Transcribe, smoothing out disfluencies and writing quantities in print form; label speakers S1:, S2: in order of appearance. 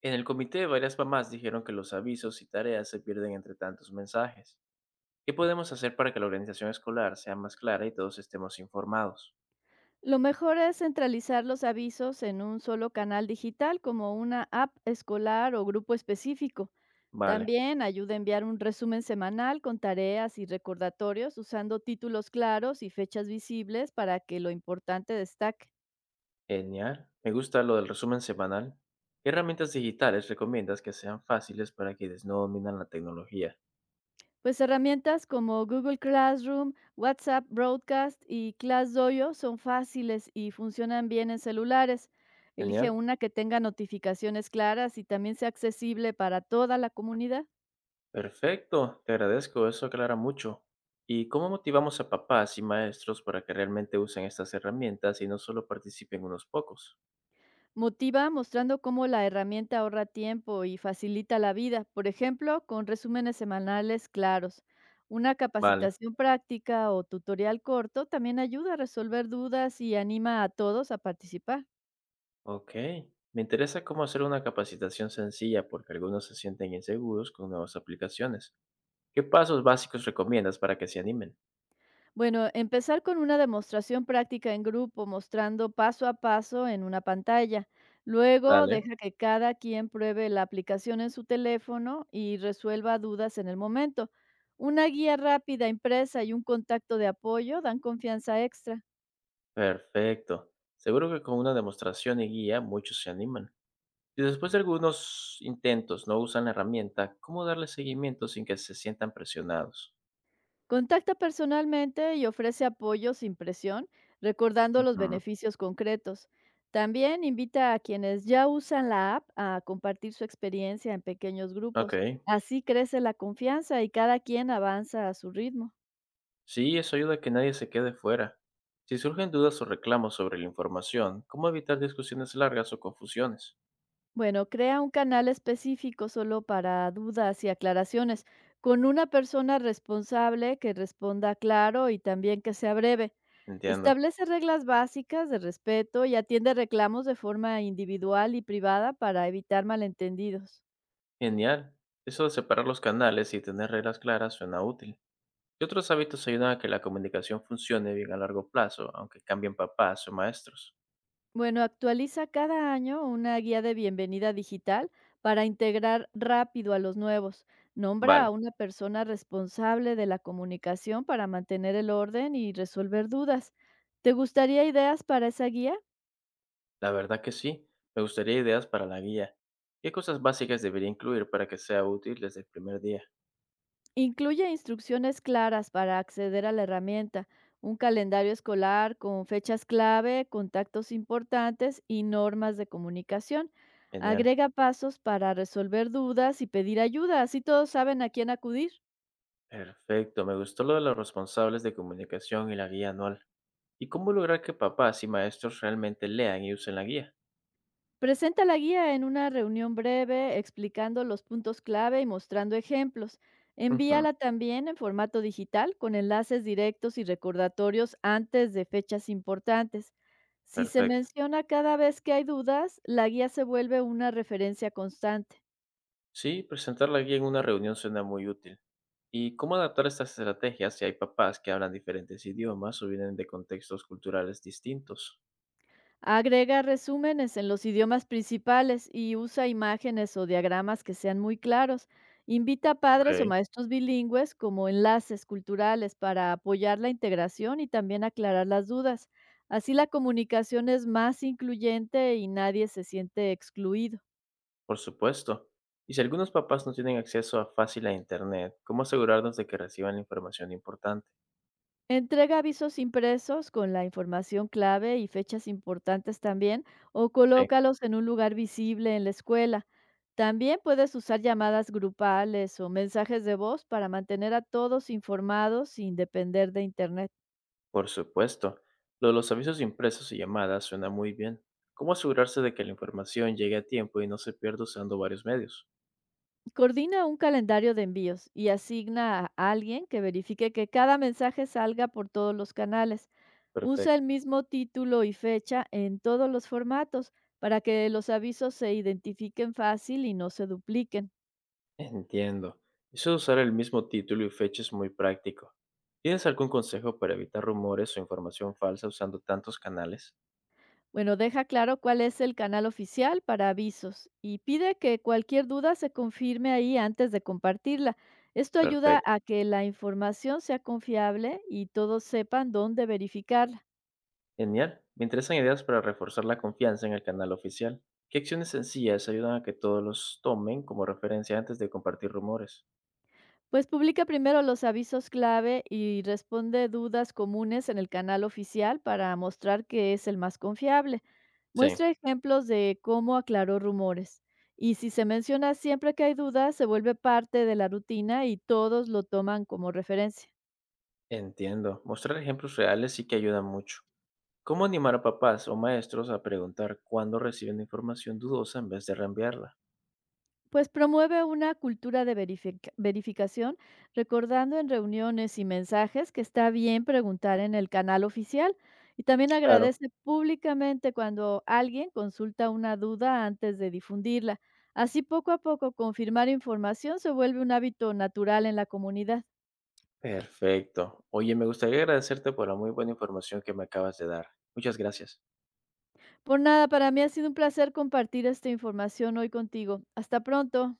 S1: En el comité, varias mamás dijeron que los avisos y tareas se pierden entre tantos mensajes. ¿Qué podemos hacer para que la organización escolar sea más clara y todos estemos informados?
S2: Lo mejor es centralizar los avisos en un solo canal digital como una app escolar o grupo específico.
S1: Vale,
S2: También ayuda a enviar un resumen semanal con tareas y recordatorios usando títulos claros y fechas visibles para que lo importante destaque.
S1: genial. Me gusta lo del resumen semanal. ¿Qué herramientas digitales recomiendas que sean fáciles para quienes no dominan la tecnología?
S2: Pues herramientas como Google Classroom, WhatsApp Broadcast y ClassDojo son fáciles y funcionan bien en celulares. Elige
S1: Genial.
S2: una que tenga notificaciones claras y también sea accesible para toda la comunidad.
S1: Perfecto, te agradezco, eso aclara mucho. ¿Y cómo motivamos a papás y maestros para que realmente usen estas herramientas y no solo participen unos pocos?
S2: Motiva mostrando cómo la herramienta ahorra tiempo y facilita la vida, por ejemplo, con resúmenes semanales claros. Una
S1: Vale.
S2: capacitación práctica o tutorial corto también ayuda a resolver dudas y anima a todos a participar.
S1: Ok, me interesa cómo hacer una capacitación sencilla porque algunos se sienten inseguros con nuevas aplicaciones. ¿Qué pasos básicos recomiendas para que se animen?
S2: Bueno, empezar con una demostración práctica en grupo, mostrando paso a paso en una pantalla. Luego
S1: Vale.
S2: deja que cada quien pruebe la aplicación en su teléfono y resuelva dudas en el momento. Una guía rápida impresa y un contacto de apoyo dan confianza extra.
S1: Perfecto. Seguro que con una demostración y guía muchos se animan. Si después de algunos intentos no usan la herramienta, ¿cómo darle seguimiento sin que se sientan presionados?
S2: Contacta personalmente y ofrece apoyo sin presión, recordando los
S1: Ujú,
S2: beneficios concretos. También invita a quienes ya usan la app a compartir su experiencia en pequeños grupos.
S1: Ok.
S2: Así crece la confianza y cada quien avanza a su ritmo.
S1: Sí, eso ayuda a que nadie se quede fuera. Si surgen dudas o reclamos sobre la información, ¿cómo evitar discusiones largas o confusiones?
S2: Bueno, crea un canal específico solo para dudas y aclaraciones, con una persona responsable que responda claro y también que sea breve.
S1: Entiendo.
S2: Establece reglas básicas de respeto y atiende reclamos de forma individual y privada para evitar malentendidos.
S1: Genial. Eso de separar los canales y tener reglas claras suena útil. ¿Qué otros hábitos ayudan a que la comunicación funcione bien a largo plazo, aunque cambien papás o maestros?
S2: Bueno, actualiza cada año una guía de bienvenida digital para integrar rápido a los nuevos. Nombra
S1: Vale,
S2: a una persona responsable de la comunicación para mantener el orden y resolver dudas. ¿Te gustaría ideas para esa guía?
S1: la verdad que sí. Me gustaría ideas para la guía. ¿Qué cosas básicas debería incluir para que sea útil desde el primer día?
S2: Incluye instrucciones claras para acceder a la herramienta, un calendario escolar con fechas clave, contactos importantes y normas de comunicación.
S1: Genial.
S2: Agrega pasos para resolver dudas y pedir ayuda, así todos saben a quién acudir.
S1: Perfecto. Me gustó lo de los responsables de comunicación y la guía anual. ¿Y cómo lograr que papás y maestros realmente lean y usen la guía?
S2: Presenta la guía en una reunión breve explicando los puntos clave y mostrando ejemplos.
S1: Ujú,
S2: Envíala también en formato digital con enlaces directos y recordatorios antes de fechas importantes. Si se
S1: perfecto.
S2: menciona cada vez que hay dudas, la guía se vuelve una referencia constante.
S1: Sí, presentar la guía en una reunión suena muy útil. ¿Y cómo adaptar estas estrategias si hay papás que hablan diferentes idiomas o vienen de contextos culturales distintos?
S2: Agrega resúmenes en los idiomas principales y usa imágenes o diagramas que sean muy claros. Invita a
S1: Ok,
S2: padres o maestros bilingües como enlaces culturales para apoyar la integración y también aclarar las dudas. Así la comunicación es más incluyente y nadie se siente excluido.
S1: por supuesto. Y si algunos papás no tienen acceso a fácil a Internet, ¿cómo asegurarnos de que reciban la información importante?
S2: Entrega avisos impresos con la información clave y fechas importantes también, o
S1: Sí,
S2: colócalos en un lugar visible en la escuela. También puedes usar llamadas grupales o mensajes de voz para mantener a todos informados sin depender de Internet.
S1: por supuesto. Lo de los avisos impresos y llamadas suena muy bien. ¿Cómo asegurarse de que la información llegue a tiempo y no se pierda usando varios medios?
S2: Coordina un calendario de envíos y asigna a alguien que verifique que cada mensaje salga por todos los canales. Usa el
S1: Perfecto.
S2: mismo título y fecha en todos los formatos para que los avisos se identifiquen fácil y no se dupliquen.
S1: Entiendo. Eso de usar el mismo título y fecha es muy práctico. ¿Tienes algún consejo para evitar rumores o información falsa usando tantos canales?
S2: Bueno, deja claro cuál es el canal oficial para avisos y pide que cualquier duda se confirme ahí antes de compartirla. Esto ayuda
S1: Perfecto.
S2: a que la información sea confiable y todos sepan dónde verificarla.
S1: Genial. Me interesan ideas para reforzar la confianza en el canal oficial. ¿Qué acciones sencillas ayudan a que todos los tomen como referencia antes de compartir rumores?
S2: Pues publica primero los avisos clave y responde dudas comunes en el canal oficial para mostrar que es el más confiable.
S1: Sí,
S2: Muestra ejemplos de cómo aclaró rumores. Y si se menciona siempre que hay dudas, se vuelve parte de la rutina y todos lo toman como referencia.
S1: entiendo. Mostrar ejemplos reales sí que ayuda mucho. ¿Cómo animar a papás o maestros a preguntar cuándo reciben información dudosa en vez de reenviarla?
S2: Pues promueve una cultura de verificación, recordando en reuniones y mensajes que está bien preguntar en el canal oficial y también
S1: Claro.
S2: agradece públicamente cuando alguien consulta una duda antes de difundirla. Así poco a poco confirmar información se vuelve un hábito natural en la comunidad.
S1: Perfecto. Oye, me gustaría agradecerte por la muy buena información que me acabas de dar. Muchas gracias.
S2: Por nada, para mí ha sido un placer compartir esta información hoy contigo. Hasta pronto.